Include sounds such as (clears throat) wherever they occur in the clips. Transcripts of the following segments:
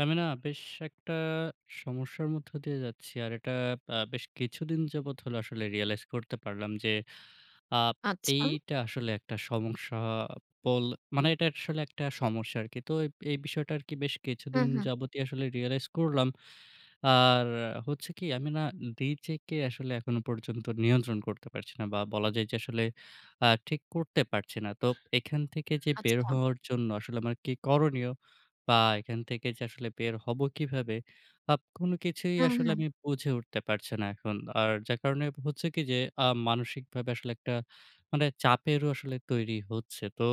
আমি না বেশ একটা সমস্যার মধ্য দিয়ে যাচ্ছি। আর এটা বেশ কিছুদিন যাবৎ হলো আসলে রিয়ালাইজ করতে পারলাম যে, আ আচ্ছা। এইটা আসলে একটা সমস্যা, বল মানে এটা আসলে একটা সমস্যা আরকি। তো এই এই বিষয়টা আরকি বেশ হুম, কিছুদিন হুম। যাবতই আসলে রিয়ালাইজ করলাম। আর হচ্ছে কি, আমি না নিজেকে আসলে এখনো পর্যন্ত নিয়ন্ত্রণ করতে পারছি না, বা বলা যায় যে আসলে ঠিক করতে পারছি না। তো এখান থেকে যে বের আচ্ছা। হওয়ার জন্য আসলে আমার কি করণীয়? বা এখান থেকে যে আসলে বের হব কিভাবে? কোনো কিছুই হুম, আসলে হুম। আমি বুঝে উঠতে পারছি না এখন। আর যার কারণে হচ্ছে কি যে মানসিকভাবে আসলে একটা, মানে চাপেরও আসলে তৈরি হচ্ছে। তো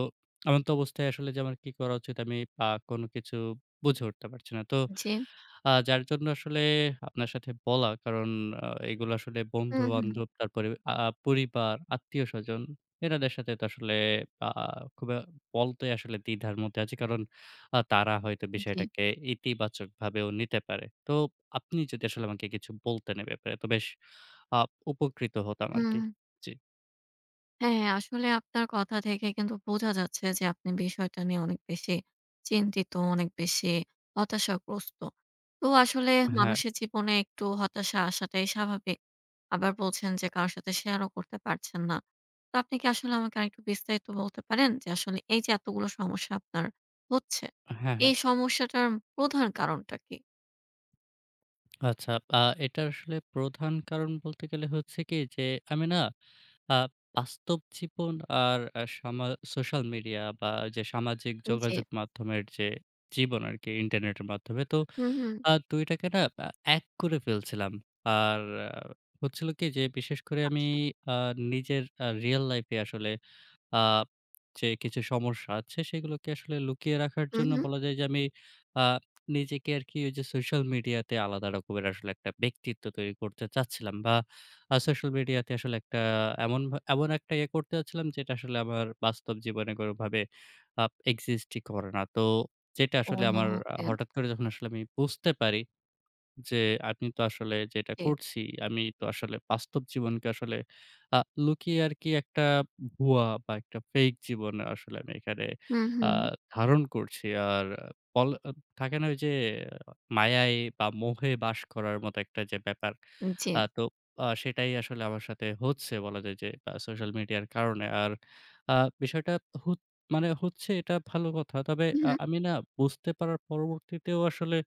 এমন তো অবস্থায় আসলে যে আমার কি করা উচিত, আমি আ কোনো কিছু বুঝে উঠতে পারছি না। তো জি। যার জন্য আসলে আপনার সাথে বলা। কারণ এগুলো আসলে হুম, হুম। বন্ধু-বান্ধব, তারপরে পরিবার, আত্মীয়স্বজন, এনাদের সাথে তো আসলে আ খুব বলতে আসলে দ্বিধার মধ্যে আছি। কারণ তারা হয়তো জি। বিষয়টাকে ইতিবাচকভাবেও নিতে পারে। তো আপনি যদি আসলে আমাকে কিছু বলতেন এ ব্যাপারে, তো বেশ আ উপকৃত হতাম হুম। আরকি। জি। হ্যাঁ, আসলে আপনার কথা থেকে কিন্তু বোঝা যাচ্ছে যে আপনি বিষয়টা নিয়ে অনেক বেশি চিন্তিত, অনেক বেশি হতাশাগ্রস্ত। তো আসলে হ্যাঁ, মানুষের জীবনে একটু হতাশা আসাটাই স্বাভাবিক। আবার বলছেন যে কারো সাথে শেয়ারও করতে পারছেন না। তো আপনি কি আসলে আমাকে আরেকটু বিস্তারিত বলতে পারেন যে আসলে এই যে এতগুলো সমস্যা আপনার হচ্ছে, হ্যাঁ, হ্যাঁ। এই সমস্যাটার প্রধান কারণটা কি? আচ্ছা, এটা আসলে প্রধান কারণ বলতে গেলে হচ্ছে কি যে, আমি না আ বাস্তব জীবন আর আ সামা সোশ্যাল মিডিয়া, বা যে সামাজিক জি। যোগাযোগ মাধ্যমের যে জীবন আরকি ইন্টারনেটের মাধ্যমে। তো হুম, হুম। ২ টাকে না আ এক করে ফেলছিলাম। আর আহ, হচ্ছিল কি যে বিশেষ করে আমি আচ্ছা। আ নিজের রিয়াল লাইফ এ আসলে আ যে কিছু সমস্যা আছে সেগুলোকে আসলে লুকিয়ে রাখার হু, জন্য হু। বলা যায় যে আমি আ নিজেকে আরকি ওই যে সোশ্যাল মিডিয়াতে আলাদা রকমের আসলে একটা ব্যক্তিত্ব তৈরি করতে চাচ্ছিলাম, বা সোশ্যাল মিডিয়াতে আসলে একটা এমন একটা ইয়ে করতে চাচ্ছিলাম যেটা আসলে আমার বাস্তব জীবনে কোনোভাবে আ এক্সিস্টই করে না। তো যেটা আসলে আমার, ওকে, হঠাৎ করে যখন আসলে আমি বুঝতে পারি যে আমি তো আসলে যেটা জি। করছি, আমি তো আসলে বাস্তব জীবনকে আসলে আ লুকিয়ে আরকি একটা ভুয়া বা একটা ফেক জীবন আসলে আমি এখানে হু, হু, আ ধারণ করছি। আর বল থাকে না ওই যে মায়ায় বা মোহে বাস করার মতো একটা যে ব্যাপার। জি। তো সেটাই আসলে আমার সাথে হচ্ছে, বলা যায় যে সোশ্যাল মিডিয়ার কারণে। আর আ বিষয়টা হু মানে হচ্ছে এটা ভালো কথা। তবে হু, হু। আমি না বুঝতে পারার পরবর্তীতেও আসলে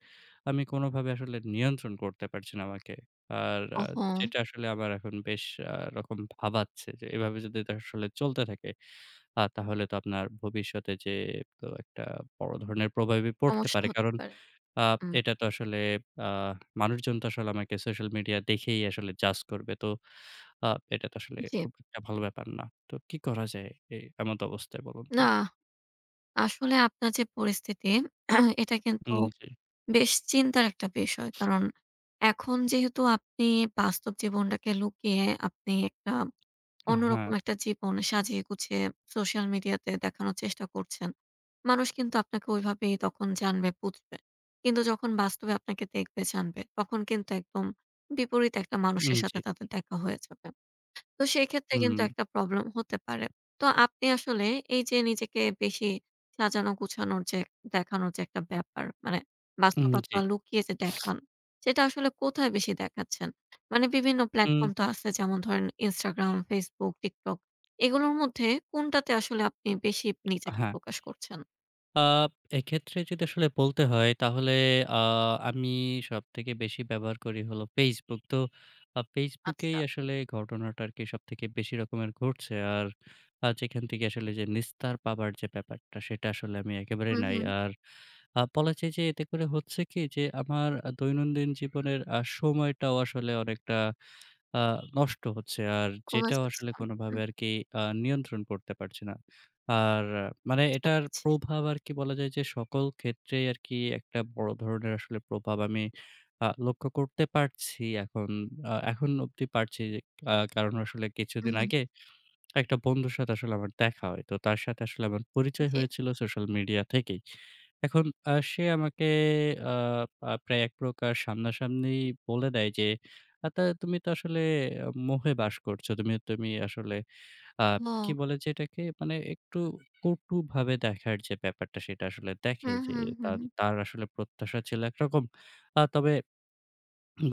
আমি কোনোভাবে আসলে নিয়ন্ত্রণ করতে পারছি না আমাকে। আর ওহো! যেটা আসলে আমার এখন বেশ রকম ভাবাচ্ছে যে এভাবে যদি এটা আসলে চলতে থাকে, তাহলে তো আপনার ভবিষ্যতে যেয়ে তো একটা বড় ধরনের প্রভাবই পড়তে সমস্যা পারে। হতে কারণ পারে। আ হুম, এটা তো আসলে আ মানুষজন তো আসলে আমাকে সোশ্যাল মিডিয়া দেখেই আসলে জাজ করবে। তো আ এটা তো আসলে জি। খুব একটা ভালো ব্যাপার না। তো কি করা যায় এমত অবস্থায় বলুন তো? না, আসলে আপনার যে পরিস্থিতি (clears throat) এটা কিন্তু উম জি। বেশ চিন্তার একটা বিষয়। কারণ এখন যেহেতু আপনি বাস্তব জীবনটাকে লুকিয়ে আপনি একটা হ্যাঁ, অন্যরকম একটা জীবন সাজিয়ে গুছিয়ে সোশ্যাল মিডিয়াতে দেখানোর চেষ্টা করছেন। মানুষ কিন্তু আপনাকে ওইভাবেই তখন জানবে, বুঝবে। কিন্তু যখন বাস্তবে আপনাকে দেখবে, জানবে, তখন কিন্তু একদম বিপরীত একটা উম মানুষের জি। সাথে তাদের দেখা হয়ে যাবে। তো সেক্ষেত্রে হুম, কিন্তু একটা প্রবলেম হতে পারে। তো আপনি আসলে এই যে নিজেকে বেশি সাজানো গুছানোর যে দেখানোর যে একটা ব্যাপার, মানে উম জি। বাস্তবতা লুকিয়ে যে দেখান, সেটা আসলে কোথায় বেশি দেখাচ্ছেন? মানে বিভিন্ন উম প্ল্যাটফর্ম তো আছে যেমন ধরেন Instagram, Facebook, TikTok এগুলোর মধ্যে কোনটাতে আসলে আপনি বেশি নিজেকে হ্যাঁ। প্রকাশ করছেন? আ এক্ষেত্রে যদি আসলে বলতে হয় তাহলে আ আমি সবথেকে বেশি ব্যবহার করি হলো Facebook। তো Facebook এই আচ্ছা। আসলে ঘটনাটা আরকি সবথেকে বেশি রকমের ঘটছে। আর যেখান থেকে আসলে যে নিস্তার পাবার যে ব্যাপারটা, সেটা আসলে আমি একেবারে হুম, নাই। হুম। আর বলা যায় যে এতে করে হচ্ছে কি যে আমার দৈনন্দিন জীবনের সময়টাও আসলে অনেকটা আ নষ্ট হচ্ছে। আর কমে যেটাও যাচ্ছে। আসলে কোনোভাবে হুম, আরকি নিয়ন্ত্রণ করতে পারছি না। আর মানে বুঝতে এটার পারছি। প্রভাব আরকি বলা যায় যে সকল ক্ষেত্রেই আরকি একটা বড় ধরনের আসলে প্রভাব আমি লক্ষ্য করতে পারছি এখন। এখন অব্দি পারছি যে, কারণ আসলে হুম, কিছুদিন হুম, আগে একটা বন্ধুর সাথে আসলে আমার দেখা হয়। তো তার সাথে আসলে আমার পরিচয় জি। হয়েছিল সোশ্যাল মিডিয়া থেকেই। এখন সে আমাকে আ আ প্রায় এক প্রকার সামনাসামনি বলে দেয় যে, "তা তুমি তো আসলে মোহে বাস করছো। তুমি তুমি আসলে", আ কি ও! বলে যে এটাকে? মানে একটু কটুভাবে দেখার যে ব্যাপারটা, সেটা আসলে দেখে হুম, যে হুম, হুম। তার হুম। তার আসলে প্রত্যাশা ছিল একরকম। তবে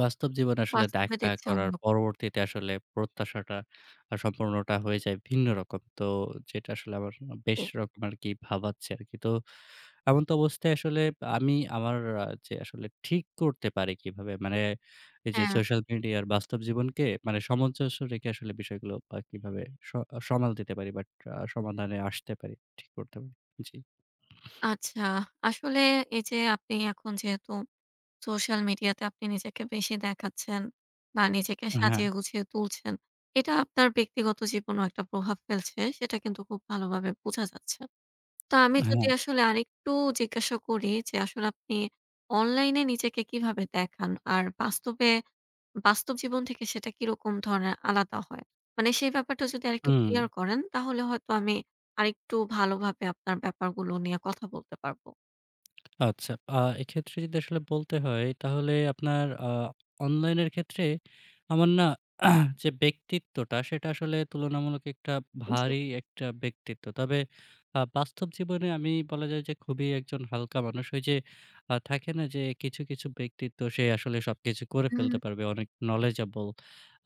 বাস্তব জীবনে আসলে বাস্তবে দেখা দেখছি করার অন্যরকম। পরবর্তীতে আসলে প্রত্যাশাটা সম্পূর্ণটা হয়ে যায় ভিন্ন রকম। তো যেটা আসলে আমার বেশ জি। রকম আরকি ভাবাচ্ছে আরকি। তো এমন তো অবস্থায় আসলে আমি আমার যে আসলে ঠিক করতে পারি কিভাবে? মানে এই যে হ্যাঁ। সোশ্যাল মিডিয়া আর বাস্তব জীবনকে মানে সামঞ্জস্য রেখে আসলে বিষয়গুলো কিভাবে স সামাল দিতে পারি, বাট সমাধানে আসতে পারি, ঠিক করতে পারি? জি। আচ্ছা, আসলে এই যে আপনি এখন যেহেতু সোশ্যাল মিডিয়াতে আপনি নিজেকে বেশি দেখাচ্ছেন বা নিজেকে হ্যাঁ, সাজিয়ে গুছিয়ে তুলছেন, এটা আপনার ব্যক্তিগত জীবনেও একটা প্রভাব ফেলছে, সেটা কিন্তু খুব ভালোভাবে বোঝা যাচ্ছে। তো আমি যদি হ্যাঁ। আসলে আরেকটু জিজ্ঞাসা করি যে আসলে আপনি অনলাইনে নিজেকে কিভাবে দেখান? আর বাস্তব জীবন থেকে সেটা কিরকম ধরনের আলাদা হয়? মানে সেই ব্যাপারটা যদি আরেকটু হুম। ক্লিয়ার করেন, তাহলে হয়তো আমি আরেকটু ভালোভাবে আপনার ব্যাপারগুলো নিয়ে কথা বলতে পারব। আচ্ছা। এক্ষেত্রে যদি আসলে বলতে হয় তাহলে আপনার, অনলাইনের ক্ষেত্রে আমার না (clears throat) যে ব্যক্তিত্বটা সেটা আসলে তুলনামূলক একটা জি। ভারী একটা ব্যক্তিত্ব। তবে বাস্তব জীবনে আমি বলা যায় যে খুবই একজন হালকা মানুষ। ওই যে থাকে না যে কিছু, কিছু ব্যক্তিত্ব, সে আসলে সবকিছু করে হুম, ফেলতে পারবে, অনেক knowledgeable।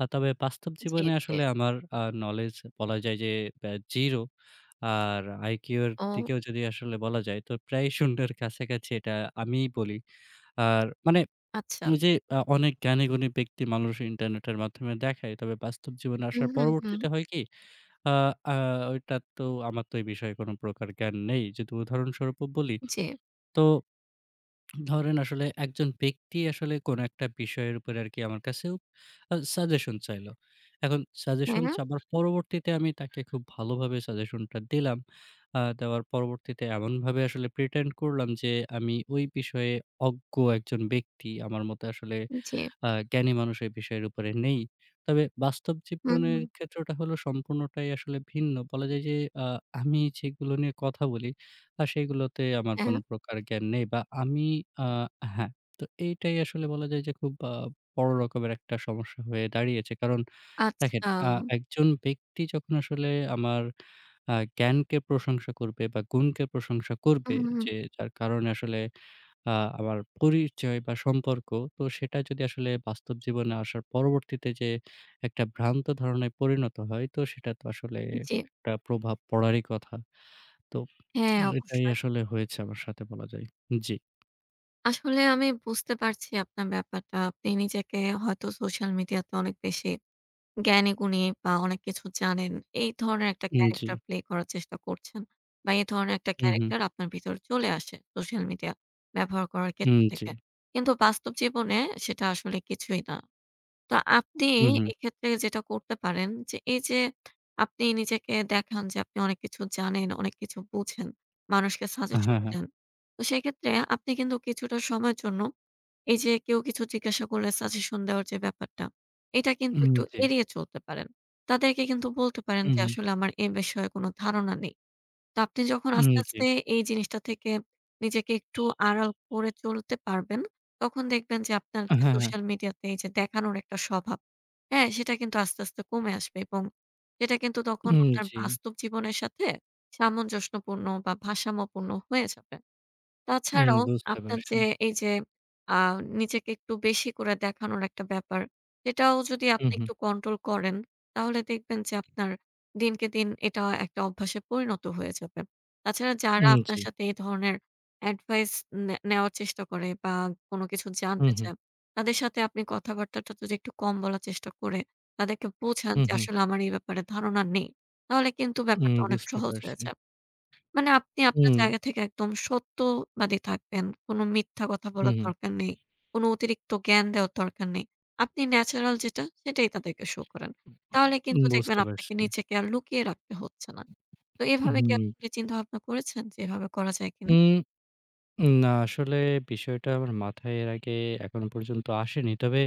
তবে বাস্তব জি, জীবনে জি। আসলে আমার knowledge বলা যায় যে 0, আর আইকিউ এর ও দিকেও যদি আসলে বলা যায় তো প্রায় শূন্যের কাছাকাছি, এটা আমিই বলি। আর মানে আচ্ছা। ওই যে অনেক জ্ঞানীগুণী ব্যক্তি মানুষ ইন্টারনেটের মাধ্যমে দেখায়। তবে বাস্তব জীবনে হুম, আসার হুম, হুম। পরবর্তীতে হয় কি, আ আ ওইটা তো আমার তো এই বিষয়ে কোন প্রকার জ্ঞান নেই। যদি উদাহরণস্বরূপ বলি, জি। তো ধরেন আসলে একজন ব্যক্তি আসলে কোনো একটা বিষয়ের উপরে আরকি আমার কাছেও সাজেশন চাইলো। এখন সাজেশন হ্যাঁ, চাবার পরবর্তীতে আমি তাকে খুব ভালোভাবে সাজেশনটা দিলাম। দেওয়ার পরবর্তীতে এমনভাবে আসলে প্রিটেন্ড করলাম যে আমি ওই বিষয়ে অজ্ঞ একজন ব্যক্তি, আমার মতে আসলে জি। জ্ঞানী মানুষ এই বিষয়ের উপরে নেই। তবে বাস্তব হুম, জীবনের ক্ষেত্রটা হলো সম্পূর্ণটাই আসলে ভিন্ন। বলা যায় যে আ আমি যেগুলো নিয়ে কথা বলি, সেগুলোতে আমার হ্যাঁ। কোনো প্রকার জ্ঞান নেই বা আমি আ হ্যাঁ, তো এইটাই আসলে বলা যায় যে খুব বড় রকমের একটা সমস্যা হয়ে দাঁড়িয়েছে। কারণ আচ্ছা। দেখেন, একজন ব্যক্তি যখন আসলে আমার জ্ঞানকে প্রশংসা করবে বা গুণকে প্রশংসা করবে, হুম, হুম, যে যার কারণে আসলে আ আমার পরিচয় বা সম্পর্ক, তো সেটা যদি আসলে বাস্তব জীবনে আসার পরবর্তীতে যে একটা ভ্রান্ত ধারণায় পরিণত হয়, তো সেটা তো আসলে জি। একটা প্রভাব পড়ারই কথা। তো হ্যাঁ, এটাই অবশ্যই। আসলে হয়েছে আমার সাথে বলা যায়। জি, আসলে আমি বুঝতে পারছি আপনার ব্যাপারটা। আপনি নিজেকে হয়তো সোশ্যাল মিডিয়াতে অনেক বেশি জ্ঞানী-গুণী বা অনেক কিছু জানেন। এই ধরনের একটা উম জি, ক্যারাক্টার প্লে করার চেষ্টা করছেন বা এই ধরনের একটা হু, হু, ক্যারাক্টার আপনার ভিতরে চলে আসে সোশ্যাল মিডিয়া ব্যবহার করার উম ক্ষেত্র জি, থেকে। কিন্তু বাস্তব জীবনে সেটা আসলে কিছুই না। তো আপনি হু, হু, এক্ষেত্রে যেটা করতে পারেন যে, এই যে আপনি নিজেকে দেখান যে আপনি অনেক কিছু জানেন, অনেক কিছু বুঝেন, মানুষকে হ্যাঁ, সাজেশন হ্যাঁ, দেন। তো সেক্ষেত্রে আপনি কিন্তু কিছুটা সময়ের জন্য এই যে কেউ কিছু জিজ্ঞাসা করলে সাজেশন দেওয়ার যে ব্যাপারটা, এটা কিন্তু উম একটু জি, এড়িয়ে চলতে পারেন। তাদেরকে কিন্তু বলতে পারেন হু, যে হু, আসলে আমার এ বিষয়ে কোন ধারণা নেই। তো আপনি যখন উম আস্তে, জি, আস্তে এই জিনিসটা থেকে নিজেকে একটু আড়াল করে চলতে পারবেন, তখন দেখবেন যে আপনার হ্যাঁ, যে হ্যাঁ, সোশ্যাল মিডিয়াতে এই যে দেখানোর একটা স্বভাব, হ্যাঁ? সেটা কিন্তু আস্তে, আস্তে কমে আসবে এবং সেটা কিন্তু তখন উম আপনার জি। বাস্তব জীবনের সাথে সামঞ্জস্যপূর্ণ বা ভারসাম্যপূর্ণ হয়ে যাবে। উম তাছাড়াও বুঝতে আপনার পারছি। যে এই যে আ নিজেকে একটু বেশি করে দেখানোর একটা ব্যাপার, সেটাও যদি হুম, আপনি হুম। একটু কন্ট্রোল করেন, তাহলে দেখবেন যে আপনার দিনকে দিন এটা একটা অভ্যাসে পরিণত হয়ে যাবে। তাছাড়া যারা উম জি। আপনার সাথে এই ধরনের অ্যাডভাইস নেওয়ার চেষ্টা করে বা কোনো কিছু হুম, জানতে হুম। চায়, তাদের সাথে আপনি কথাবার্তাটা যদি একটু কম বলার চেষ্টা করে তাদেরকে বোঝান হুম, যে হুম। আসলে আমার এই ব্যাপারে ধারণা নেই, তাহলে কিন্তু উম ব্যাপারটা অনেক বুঝতে সহজ হয়ে পারছি। যায়। মানে আপনি আপনার হুম, জায়গা থেকে একদম সত্যবাদী থাকবেন। কোনো মিথ্যা কথা হুম, বলার হুম। দরকার নেই। কোনো অতিরিক্ত জ্ঞান দেওয়ার দরকার নেই। আপনি ন্যাচারাল যেটা সেটাই তাদেরকে শো করেন। তাহলে কিন্তু দেখবেন বুঝতে আপনাকে পারছি। নিজেকে আর লুকিয়ে রাখতে হচ্ছে না। তো এভাবে কি হুম। আপনি চিন্তা ভাবনা করেছেন যে এভাবে করা যায় কিনা? উম না আসলে বিষয়টা আমার মাথায় এর আগে এখনো পর্যন্ত আসেনি। তবে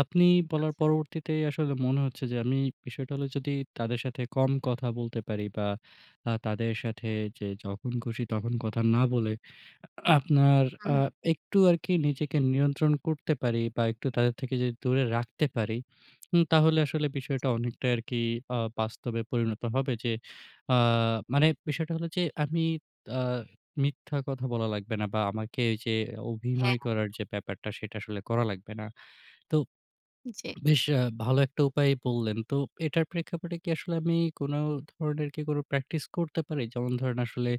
আপনি বলার পরবর্তীতে আসলে মনে হচ্ছে যে আমি, বিষয়টা হলো, যদি তাদের সাথে কম কথা বলতে পারি বা তাদের সাথে যে যখন খুশি তখন কথা না বলে, আপনার, আ হুম, একটু আরকি নিজেকে নিয়ন্ত্রণ করতে পারি বা একটু তাদের থেকে যদি দূরে রাখতে পারি, তাহলে আসলে বিষয়টা অনেকটাই আরকি বাস্তবে পরিণত হবে যে, আ মানে বিষয়টা হলো যে আমি আ মিথ্যা কথা বলা লাগবে না, বা আমাকে ওই যে অভিনয় হ্যাঁ। করার যে ব্যাপারটা সেটা আসলে করা লাগবে না। তো জি। বেশ ভালো একটা উপায় বললেন। তো এটার প্রেক্ষাপটে কি আসলে আমি কোনো ধরনের কি কোনো প্র্যাকটিস করতে পারি? যেমন ধরেন আসলে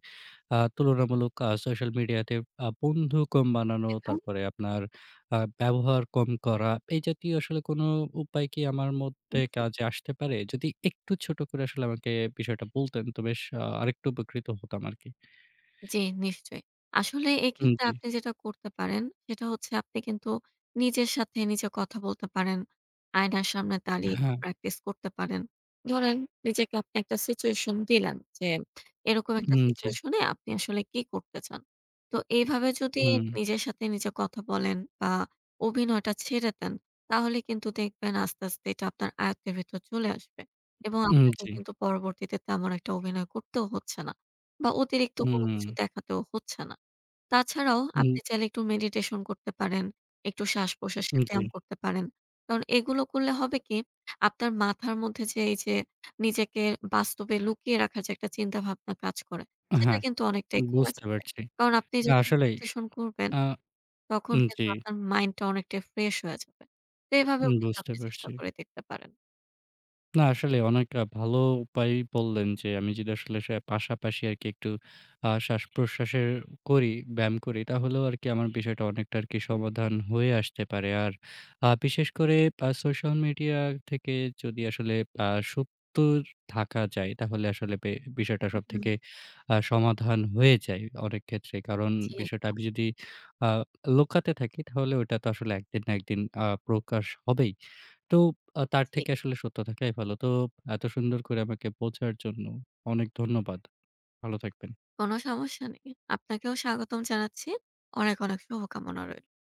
তুলনামূলক সোশ্যাল মিডিয়াতে বন্ধু কম বানানো, এবং তারপরে আপনার, ব্যবহার কম করা, এই জাতীয় আসলে কোনো উপায় কি আমার মধ্যে জি। কাজে আসতে পারে? যদি একটু ছোট করে আসলে আমাকে বিষয়টা বলতেন, তো বেশ আরেকটু উপকৃত হতাম আরকি। জি, নিশ্চয়ই। আসলে উম এক্ষেত্রে জি। আপনি যেটা করতে পারেন, সেটা হচ্ছে আপনি কিন্তু নিজের সাথে নিজে কথা বলতে পারেন। আয়নার সামনে দাঁড়িয়ে একটু হ্যাঁ। প্র্যাকটিস করতে পারেন। ধরেন নিজেকে আপনি একটা সিচুয়েশন দিলেন যে, এরকম একটা হুম, জি। সিচুয়েশন এ আপনি আসলে কি করতে চান? তো এইভাবে যদি হুম, নিজের সাথে নিজে কথা বলেন বা অভিনয়টা ছেড়ে দেন, তাহলে কিন্তু দেখবেন আস্তে, আস্তে এটা আপনার আয়ত্তের ভেতর চলে আসবে এবং হুম, আপনাকে জি। কিন্তু পরবর্তীতে তেমন একটা অভিনয় করতেও হচ্ছে না। বা অতিরিক্ত কোনো হুম, কিছু দেখাতেও হচ্ছে না। তাছাড়াও হুম, আপনি চাইলে একটু মেডিটেশন করতে পারেন, একটু শ্বাস-প্রশ্বাসের হুম, জি। ব্যায়াম করতে পারেন। কারণ এগুলো করলে হবে কি, আপনার মাথার মধ্যে যে এই যে নিজেকে বাস্তবে লুকিয়ে রাখার যে একটা চিন্তাভাবনা কাজ করে, সেটা হ্যাঁ, কিন্তু অনেকটাই কমে বুঝতে যাবে। পারছি। কারণ আপনি যখন আসলেই মেডিটেশন করবেন, আ তখন জি, কিন্তু আপনার মাইন্ডটা অনেকটাই ফ্রেশ হয়ে যাবে। তো এভাবেও কিন্তু বুঝতে আপনি চেষ্টা পারছি। করে দেখতে পারেন। না আসলে অনেক ভালো উপায় বললেন যে, আমি যদি আসলে সে পাশাপাশি আরকি একটু শ্বাসপ্রশ্বাসের করি, ব্যায়াম করি, তাহলেও আরকি আমার বিষয়টা অনেকটা আরকি জি। সমাধান হয়ে আসতে পারে। আর বিশেষ করে সোশ্যাল মিডিয়া থেকে যদি আসলে আ সুপ্ত থাকা যায়, তাহলে আসলে বিষয়টা হুম, সবথেকে সমাধান হয়ে যায় অনেক ক্ষেত্রে। কারণ জি বিষয়টা একদম। আমি যদি আ লুকাতে থাকি, তাহলে ওটা তো আসলে একদিন না একদিন প্রকাশ হবেই। তো তার জি। থেকে আসলে সত্য থাকাই ভালো। তো এত সুন্দর করে আমাকে বোঝার জন্য অনেক ধন্যবাদ। ভালো থাকবেন। কোনো সমস্যা নেই। আপনাকেও স্বাগতম জানাচ্ছি। অনেক, অনেক শুভকামনা রই